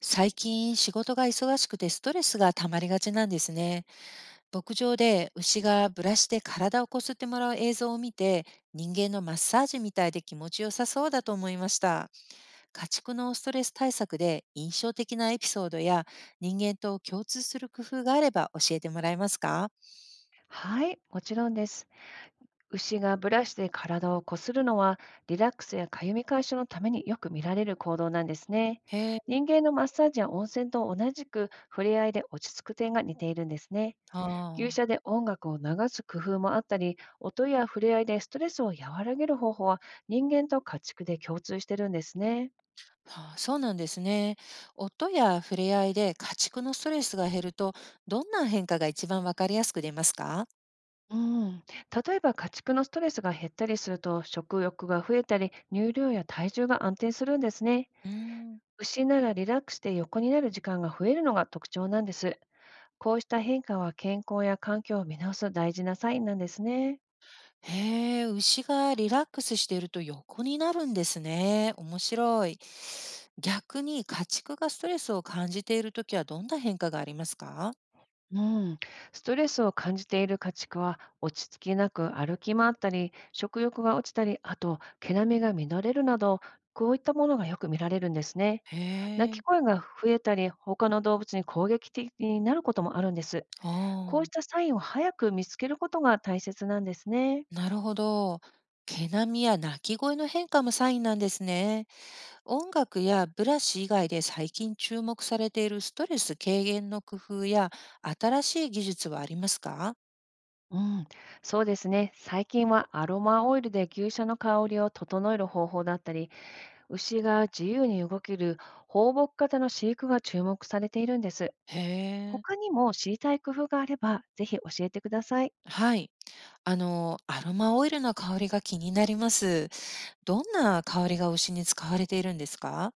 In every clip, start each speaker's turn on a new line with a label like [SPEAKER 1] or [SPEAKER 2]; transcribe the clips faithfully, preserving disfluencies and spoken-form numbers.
[SPEAKER 1] 最近仕事が忙しくてストレスが溜まりがちなんですね。牧場で牛がブラシで体をこすってもらう映像を見て、人間のマッサージみたいで気持ちよさそうだと思いました。家畜のストレス対策で印象的なエピソードや、人間と共通する工夫があれば教えてもらえますか？
[SPEAKER 2] はい、もちろんです。牛がブラシで体をこするのは、リラックスやかゆみ解消のためによく見られる行動なんですね。
[SPEAKER 1] へえ、
[SPEAKER 2] 人間のマッサージや温泉と同じく、触れ合いで落ち着く点が似ているんですね。
[SPEAKER 1] あ
[SPEAKER 2] 牛
[SPEAKER 1] ー、
[SPEAKER 2] 舎で音楽を流す工夫もあったり、音や触れ合いでストレスを和らげる方法は、人間と家畜で共通してるんですね。
[SPEAKER 1] あー、そうなんですね。音や触れ合いで家畜のストレスが減ると、どんな変化が一番わかりやすく出ますか？
[SPEAKER 2] うん、例えば家畜のストレスが減ったりすると食欲が増えたり乳量や体重が安定するんですね。
[SPEAKER 1] うーん。
[SPEAKER 2] 牛ならリラックスで横になる時間が増えるのが特徴なんです。こうした変化は健康や環境を見直す大事なサインなんですね。
[SPEAKER 1] へえ、牛がリラックスしていると横になるんですね。面白い。逆に家畜がストレスを感じているときはどんな変化がありますか？
[SPEAKER 2] うん、ストレスを感じている家畜は落ち着きなく歩き回ったり、食欲が落ちたり、あと毛並みが乱れるなど、こういったものがよく見られるんですね。
[SPEAKER 1] へ
[SPEAKER 2] 鳴き
[SPEAKER 1] え、
[SPEAKER 2] 声が増えたり、他の動物に攻撃的になることもあるんです。こう
[SPEAKER 1] あ
[SPEAKER 2] したサインを早く見つけることが大切なんですね。
[SPEAKER 1] あ、なるほど。毛並みや鳴き声の変化もサインなんですね。音楽やブラシ以外で最近注目されているストレス軽減の工夫や、新しい技術はありますか？
[SPEAKER 2] うん、そうですね。最近はアロマオイルで牛舎の香りを整える方法だったり、牛が自由に動ける放牧型の飼育が注目されているんです。
[SPEAKER 1] へえ、
[SPEAKER 2] 他にも知りたい工夫があれば、ぜひ教えてください。
[SPEAKER 1] はい。あの、アロマオイルの香りが気になります。どんな香りが牛に使われているんですか？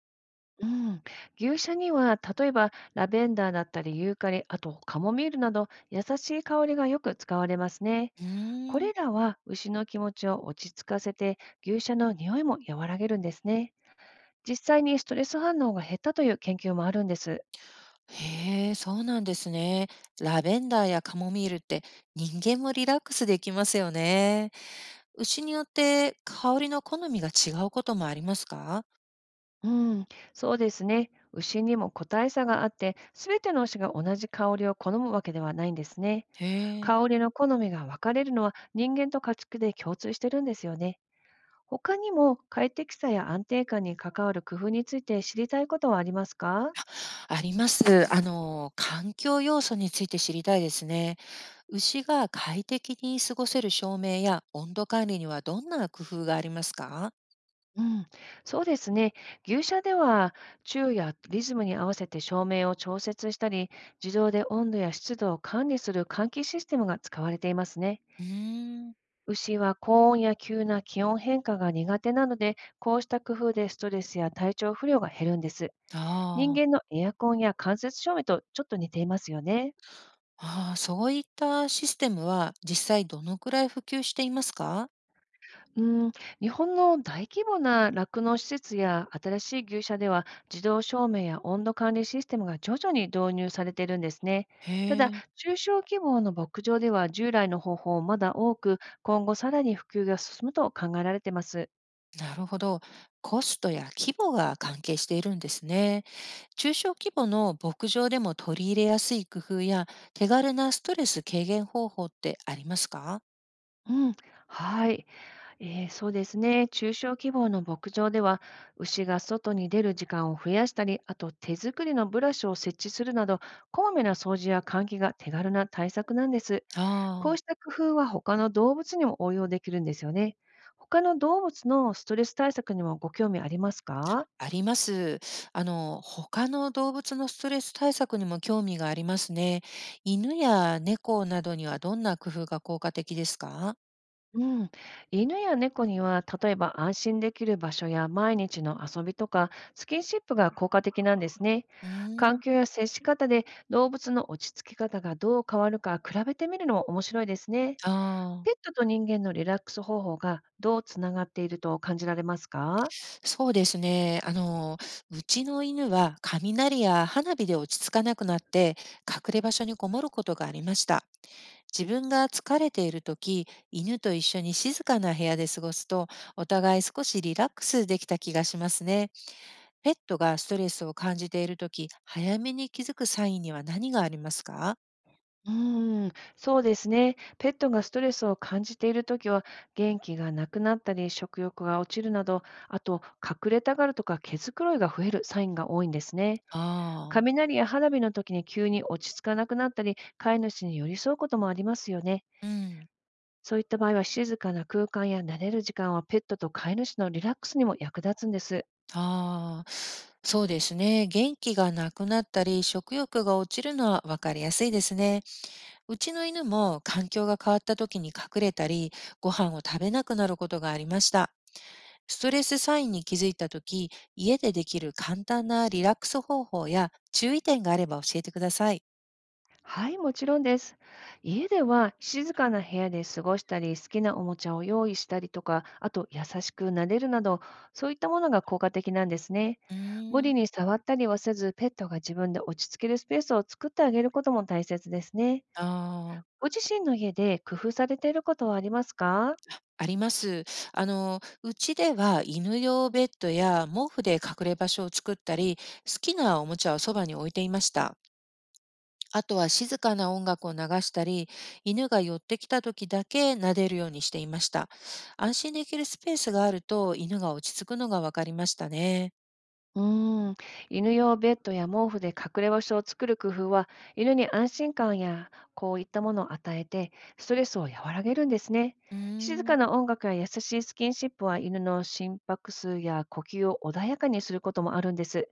[SPEAKER 2] うん、牛舎には例えばラベンダーだったりユーカリ、あとカモミールなど優しい香りがよく使われますね。
[SPEAKER 1] う
[SPEAKER 2] こ
[SPEAKER 1] ーん。
[SPEAKER 2] れらは牛の気持ちを落ち着かせて牛舎の匂いも和らげるんですね。実際にストレス反応が減ったという研究もあるんです。
[SPEAKER 1] へえ、そうなんですね。ラベンダーやカモミールって、人間もリラックスできますよね。牛によって香りの好みが違うこともありますか？
[SPEAKER 2] うん、そうですね。牛にも個体差があって、すべての牛が同じ香りを好むわけではないんですね。
[SPEAKER 1] へえ。
[SPEAKER 2] 香りの好みが分かれるのは人間と家畜で共通してるんですよね。他にも快適さや安定感に関わる工夫について知りたいことはありますか？
[SPEAKER 1] あります。あの、環境要素について知りたいですね。牛が快適に過ごせる照明や温度管理にはどんな工夫がありますか？
[SPEAKER 2] うん、そうですね。牛舎では昼夜リズムに合わせて照明を調節したり、自動で温度や湿度を管理する換気システムが使われていますね。
[SPEAKER 1] うーん。
[SPEAKER 2] 牛は高温や急な気温変化が苦手なので、こうした工夫でストレスや体調不良が減るんです。人
[SPEAKER 1] ああ。
[SPEAKER 2] 間のエアコンや間接照明とちょっと似ていますよね。
[SPEAKER 1] ああ、そういったシステムは実際どのくらい普及していますか？
[SPEAKER 2] うん、日本の大規模な酪農施設や新しい牛舎では自動照明や温度管理システムが徐々に導入されているんですね。た
[SPEAKER 1] へ
[SPEAKER 2] だ、
[SPEAKER 1] え、
[SPEAKER 2] 中小規模の牧場では従来の方法をまだ多く、今後さらに普及が進むと考えられています。
[SPEAKER 1] なるほど。コストや規模が関係しているんですね。中小規模の牧場でも取り入れやすい工夫や、手軽なストレス軽減方法ってありますか？
[SPEAKER 2] うん、はい。えー、そうですね。中小規模の牧場では、牛が外に出る時間を増やしたり、あと手作りのブラシを設置するなど、こまめな掃除や換気が手軽な対策なんです。こ
[SPEAKER 1] ああ、
[SPEAKER 2] うした工夫は他の動物にも応用できるんですよね。他の動物のストレス対策にもご興味ありますか？
[SPEAKER 1] あります。あの、他の動物のストレス対策にも興味がありますね。犬や猫などにはどんな工夫が効果的ですか？
[SPEAKER 2] うん。犬や猫には、例えば安心できる場所や毎日の遊びとか、スキンシップが効果的なんですね。
[SPEAKER 1] うー
[SPEAKER 2] 環
[SPEAKER 1] ん、
[SPEAKER 2] 境や接し方で動物の落ち着き方がどう変わるか比べてみるのも面白いですね。
[SPEAKER 1] あ
[SPEAKER 2] ペッ
[SPEAKER 1] あ。
[SPEAKER 2] トと人間のリラックス方法がどうつながっていると感じられますか？
[SPEAKER 1] そうですね。あの、うちの犬は雷や花火で落ち着かなくなって、隠れ場所にこもることがありました。自分が疲れているとき、犬と一緒に静かな部屋で過ごすと、お互い少しリラックスできた気がしますね。ペットがストレスを感じているとき、早めに気づくサインには何がありますか？
[SPEAKER 2] うーん、そうですね。ペットがストレスを感じているときは、元気がなくなったり、食欲が落ちるなど、あと、隠れたがるとか、毛づくろいが増えるサインが多いんですね。
[SPEAKER 1] ああ、
[SPEAKER 2] 雷や花火の時に急に落ち着かなくなったり、飼い主に寄り添うこともありますよね。
[SPEAKER 1] うん。
[SPEAKER 2] そういった場合は、静かな空間や慣れる時間は、ペットと飼い主のリラックスにも役立つんです。
[SPEAKER 1] ああ、そうですね。元気がなくなったり、食欲が落ちるのはわかりやすいですね。うちの犬も環境が変わった時に隠れたり、ご飯を食べなくなることがありました。ストレスサインに気づいた時、家でできる簡単なリラックス方法や注意点があれば教えてください。
[SPEAKER 2] はい、もちろんです。家では静かな部屋で過ごしたり、好きなおもちゃを用意したりとか、あと優しく撫でるなど、そういったものが効果的なんですね。
[SPEAKER 1] う
[SPEAKER 2] 無
[SPEAKER 1] ーん、
[SPEAKER 2] 理に触ったりはせず、ペットが自分で落ち着けるスペースを作ってあげることも大切ですね。
[SPEAKER 1] ああ、
[SPEAKER 2] ご自身の家で工夫されていることはありますか？
[SPEAKER 1] あります。あの、うちでは犬用ベッドや毛布で隠れ場所を作ったり、好きなおもちゃをそばに置いていました。あとは静かな音楽を流したり、犬が寄ってきた時だけ撫でるようにしていました。安心できるスペースがあると犬が落ち着くのが分かりましたね。
[SPEAKER 2] うーん、犬用ベッドや毛布で隠れ場所を作る工夫は、犬に安心感やこういったものを与えて、ストレスを和らげるんですね。
[SPEAKER 1] うー
[SPEAKER 2] 静か
[SPEAKER 1] ん、
[SPEAKER 2] な音楽や優しいスキンシップは犬の心拍数や呼吸を穏やかにすることもあるんです。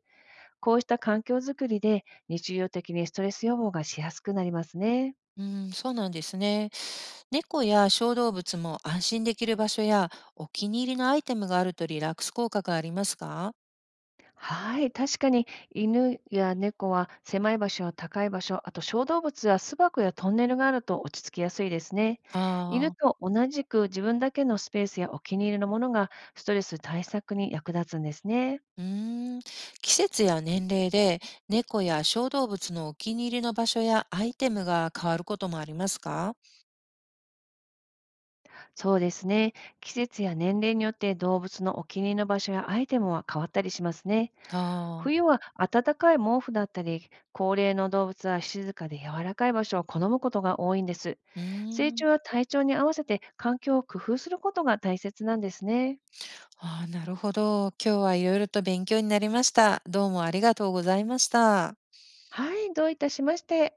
[SPEAKER 2] こうした環境づくりで日常的にストレス予防がしやすくなりますね。
[SPEAKER 1] うん、そうなんですね。猫や小動物も安心できる場所や、お気に入りのアイテムがあるとリラックス効果がありますか？
[SPEAKER 2] はい、確かに犬や猫は狭い場所や高い場所、あと小動物は巣箱やトンネルがあると落ち着きやすいですね。犬
[SPEAKER 1] ああ、
[SPEAKER 2] と同じく自分だけのスペースやお気に入りのものがストレス対策に役立つんですね。
[SPEAKER 1] うーん。季節や年齢で、猫や小動物のお気に入りの場所やアイテムが変わることもありますか？
[SPEAKER 2] そうですね。季節や年齢によって動物のお気に入りの場所やアイテムは変わったりしますね。
[SPEAKER 1] あ
[SPEAKER 2] 冬
[SPEAKER 1] あ、
[SPEAKER 2] は暖かい毛布だったり、高齢の動物は静かで柔らかい場所を好むことが多いんです。
[SPEAKER 1] うー
[SPEAKER 2] 成長
[SPEAKER 1] ん。
[SPEAKER 2] は体調に合わせて環境を工夫することが大切なんですね。
[SPEAKER 1] ああ、なるほど。今日はいろいろと勉強になりました。どうもありがとうございました。
[SPEAKER 2] はい、どういたしまして。